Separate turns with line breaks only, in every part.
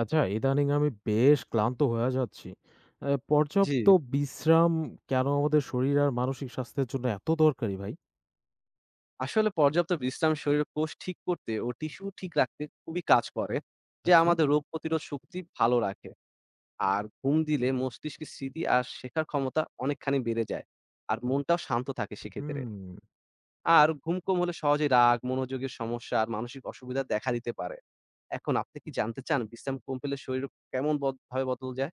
আচ্ছা, ইদানিং আমি বেশ ক্লান্ত হয়ে যাচ্ছি।
জি,
পর্যাপ্ত বিশ্রাম কেন আমাদের শরীর আর মানসিক স্বাস্থ্যের জন্য এত দরকারি ভাই?
আসলে পর্যাপ্ত বিশ্রাম শরীরের কোষ ঠিক করতে ও টিস্যু ঠিক রাখতে খুবই কাজ করে। যে
আচ্ছা।
আমাদের রোগ প্রতিরোধ শক্তি ভালো রাখে। আর ঘুম দিলে মস্তিষ্কের স্মৃতি আর শেখার ক্ষমতা অনেকখানি বেড়ে যায়। আর মনটাও শান্ত থাকে সেক্ষেত্রে।
হুম,
আর ঘুম কম হলে সহজেই রাগ, মনোযোগের সমস্যা আর মানসিক অসুবিধা দেখা দিতে পারে। এখন আপনি কি জানতে চান বিশ্রাম কম পেলে শরীর কেমন বদ ভাবে বদল যায়?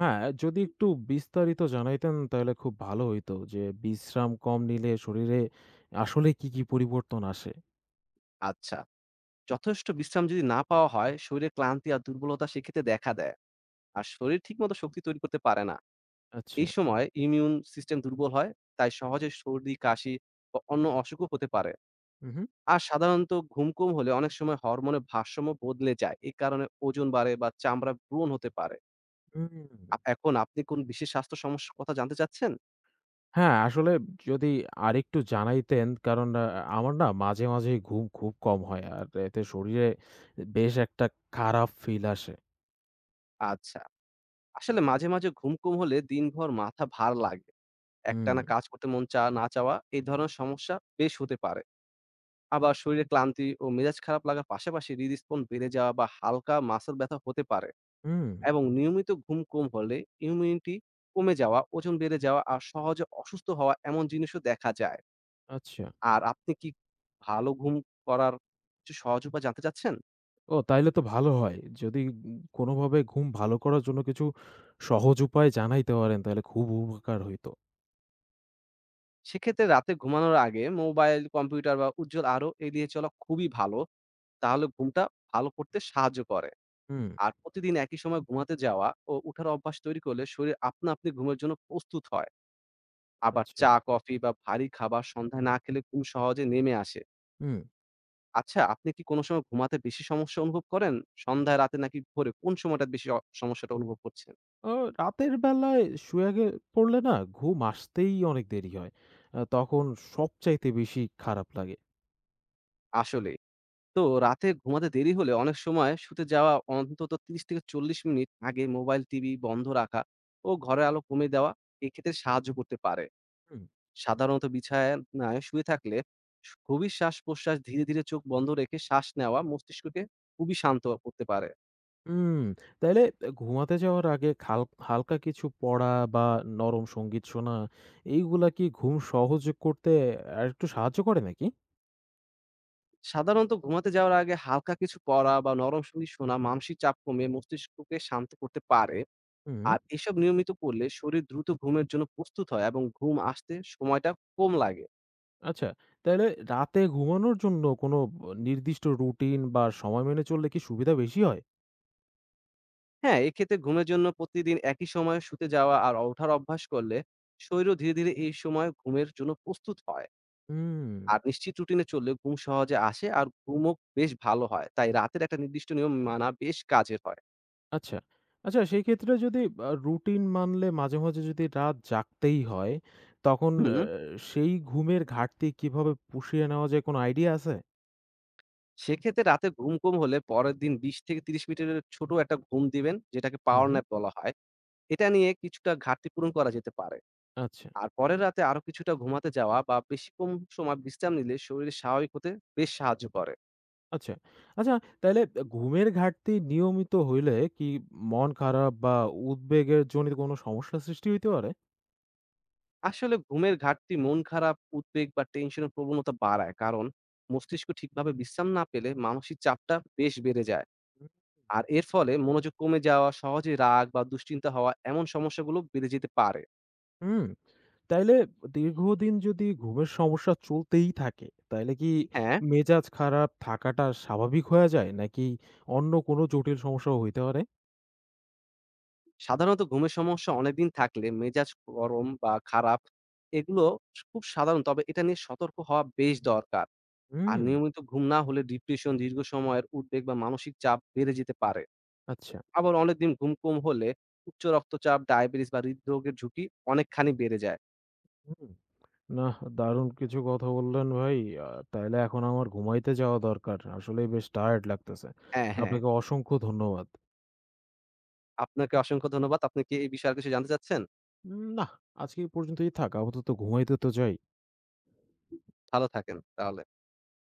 হ্যাঁ, যদি একটু বিস্তারিত জানাইতেন তাহলে খুব ভালো হইতো যে বিশ্রাম কম নিলে শরীরে আসলে কি, কি পরিবর্তন আসে?
আচ্ছা, যথেষ্ট বিশ্রাম যদি না পাওয়া হয়, শরীরে ক্লান্তি আর দুর্বলতা সেক্ষেত্রে দেখা দেয়। আর শরীর ঠিকমতো শক্তি তৈরি করতে পারে না।
আচ্ছা।
এই সময় ইমিউন সিস্টেম দুর্বল হয়, তাই সহজে সর্দি, কাশি বা অন্য অসুখও হতে পারে।
হু, হু।
আর সাধারণত ঘুম কম হলে অনেক সময় হরমোনের ভারসাম্য বদলে যায়। এই কারণে ওজন বাড়ে বা চামড়া ব্রণ হতে পারে।
হুম,
এখন আপনি কোন বিশেষ স্বাস্থ্য সমস্যার কথা জানতে চাচ্ছেন?
হ্যাঁ, আসলে যদি আরেকটু জানাইতেন কারণ আমার না মাঝে, মাঝেই ঘুম খুব কম হয় আর এতে শরীরে বেশ একটা খারাপ ফিল আসে।
আচ্ছা। আসলে মাঝে, মাঝে ঘুম কম হলে দিনভর মাথা ভার লাগে।
হুম।
একটানা কাজ করতে মন চা না চাওয়া এই ধরনের সমস্যা বেশ হতে পারে। আবার শরীরে ক্লান্তি ও মেজাজ খারাপ লাগার পাশাপাশি হৃদস্পন বেড়ে যাওয়া বা হালকা মাসল ব্যথা হতে পারে।
হুম,
এবং নিয়মিত ঘুম কম হলে ইমিউনিটি কমে যাওয়া, ওজন বেড়ে যাওয়া আর সহজে অসুস্থ হওয়া এমন জিনিসও দেখা যায়।
আচ্ছা।
আর আপনি কি ভালো ঘুম করার কিছু সহজ উপায় জানতে চাচ্ছেন?
ও তাইলে তো ভালো হয়। যদি কোনোভাবে ঘুম ভালো করার জন্য কিছু সহজ উপায় জানাইতে পারেন তাহলে খুব উপকার হইতো।
সেক্ষেত্রে রাতে ঘুমানোর আগে মোবাইল, কম্পিউটার বা উজ্জ্বল আলো এড়িয়ে চলা খুবই ভালো। তাহলে ঘুমটা ভালো করতে সাহায্য করে।
হুম,
আর প্রতিদিন একই সময় ঘুমাতে যাওয়া ও উঠার অভ্যাস তৈরি করলে শরীর আপনা আপনি ঘুমের জন্য প্রস্তুত হয়। আবার
আচ্ছা।
চা, কফি বা ভারী খাবার সন্ধ্যায় না খেলে ঘুম সহজে নেমে আসে।
হুম।
আচ্ছা, আপনি কি কোনো সময় ঘুমাতে বেশি সমস্যা অনুভব করেন? সন্ধ্যায়, রাতে নাকি ভোরে কোন সময়টা বেশি সমস্যাটা অনুভব করছেন?
ও রাতের বেলায় শুয়ে পড়লে না ঘুম আসতেই অনেক দেরি হয়। তখন সবচাইতে বেশি খারাপ লাগে।
আসলেই। তো রাতে ঘুমাতে দেরি হলে অনেক সময় শুতে যাওয়া অন্তত ৩০-৪০ মিনিট আগে মোবাইল, টিভি বন্ধ রাখা ও ঘরের আলো কমিয়ে দেওয়া এক্ষেত্রে সাহায্য করতে পারে।
হুম,
সাধারণত বিছানায় শুয়ে থাকলে গভীর শ্বাস-প্রশ্বাস ধীরে, ধীরে চোখ বন্ধ রেখে শ্বাস নেওয়া মস্তিষ্ককে খুবই শান্ত করতে পারে।
হুম। তাইলে ঘুমাতে যাওয়ার আগে হালকা কিছু পড়া বা নরম সংগীত শোনা এইগুলা কি ঘুম সহজ করতে আরেকটু সাহায্য করে নাকি?
সাধারণত ঘুমাতে যাওয়ার আগে হালকা কিছু পড়া বা নরম সঙ্গীত শোনা মানসিক চাপ কমিয়ে মস্তিষ্ককে শান্ত করতে পারে।
হুম।
আর এসব নিয়মিত করলে শরীর দ্রুত ঘুমের জন্য প্রস্তুত হয় এবং ঘুম আসতে সময়টা কম লাগে।
আচ্ছা, তাইলে রাতে ঘুমানোর জন্য কোনো নির্দিষ্ট রুটিন বা সময় মেনে চললে কি সুবিধা বেশি হয়?
হ্যাঁ, এক্ষেত্রে ঘুমের জন্য প্রতিদিন একই সময়ে শুতে যাওয়া আর ওঠার অভ্যাস করলে শরীরও ধীরে, ধীরে এই সময় ঘুমের জন্য প্রস্তুত হয়।
হুম।
আর নিশ্চিত রুটিনে চললে ঘুম সহজে আসে আর ঘুমও বেশ ভালো হয়। তাই রাতের একটা নির্দিষ্ট নিয়ম মানা বেশ কাজের হয়।
আচ্ছা। আচ্ছা সেই ক্ষেত্রে যদি রুটিন মানলে মাঝে, মাঝে যদি রাত জাগতেই হয়, তখন
হুম।
সেই ঘুমের ঘাটতি কিভাবে পুষিয়ে নেওয়া যায় কোনো আইডিয়া আছে?
সেক্ষেত্রে রাতে ঘুম কম হলে পরের দিন ২০ থেকে ৩০ মিনিটের ছোট একটা ঘুম দিবেন, যেটাকে
হু,
পাওয়ার
হুম।
ন্যাপ বলা হয়। এটা নিয়ে কিছুটা ঘাটতি পূরণ করা যেতে পারে।
আচ্ছা,
আর পরের রাতে আরো কিছুটা ঘুমাতে যাওয়া বা বেশিক্ষণ সময় বিশ্রাম নিলে শরীর স্বাভাবিক হতে বেশ সাহায্য করে।
আচ্ছা। আচ্ছা তাইলে ঘুমের ঘাটতি নিয়মিত হইলে কি মন খারাপ বা উদ্বেগের জনিত কোনো সমস্যার সৃষ্টি হইতে পারে?
আসলে ঘুমের ঘাটতি মন খারাপ, উদ্বেগ বা টেনশনের প্রবণতা বাড়ায়। কারণ মস্তিষ্ক ঠিকভাবে বিশ্রাম না পেলে মানসিক চাপটা বেশ বেড়ে যায়। আর এর ফলে মনোযোগ কমে যাওয়া, সহজে রাগ বা দুশ্চিন্তা হওয়া এমন সমস্যাগুলো বেড়ে যেতে পারে।
হুম, তাইলে দীর্ঘদিন যদি ঘুমের সমস্যা চলতেই থাকে, তাইলে কি
হ্যাঁ,
মেজাজ খারাপ থাকাটা স্বাভাবিক হয়ে যায়? নাকি অন্য কোনো জটিল সমস্যাও হইতে পারে?
সাধারণত ঘুমের সমস্যা অনেকদিন থাকলে মেজাজ গরম বা খারাপ এগুলো খুব সাধারণ, তবে এটা নিয়ে সতর্ক হওয়া বেশ দরকার। আর
হুম,
নিয়মিত ঘুম না হলে ডিপ্রেশন, দীর্ঘ সময়ের উদ্বেগ বা মানসিক চাপ বেড়ে যেতে পারে।
আচ্ছা।
আবার অনেকদিন ঘুম কম হলে উচ্চ রক্তচাপ, ডায়াবেটিস বা হৃদরোগের ঝুঁকি অনেকখানি বেড়ে যায়।
হুম, নাহ দারুণ কিছু কথা বললেন ভাই। আ তাইলে এখন আমার ঘুমাইতে যাওয়া দরকার। আসলেই বেশ টায়ার্ড লাগতেছে।
হ্যাঁ, হ্যাঁ।
আপনাকে অসংখ্য ধন্যবাদ।
আপনাকে অসংখ্য ধন্যবাদ। আপনি কি এই বিষয়ে আর কিছু জানতে চাচ্ছেন?
নাহ, আজকে এই পর্যন্তই থাক। আপাতত ঘুমাইতে তো যাই।
ভালো থাকেন তাহলে।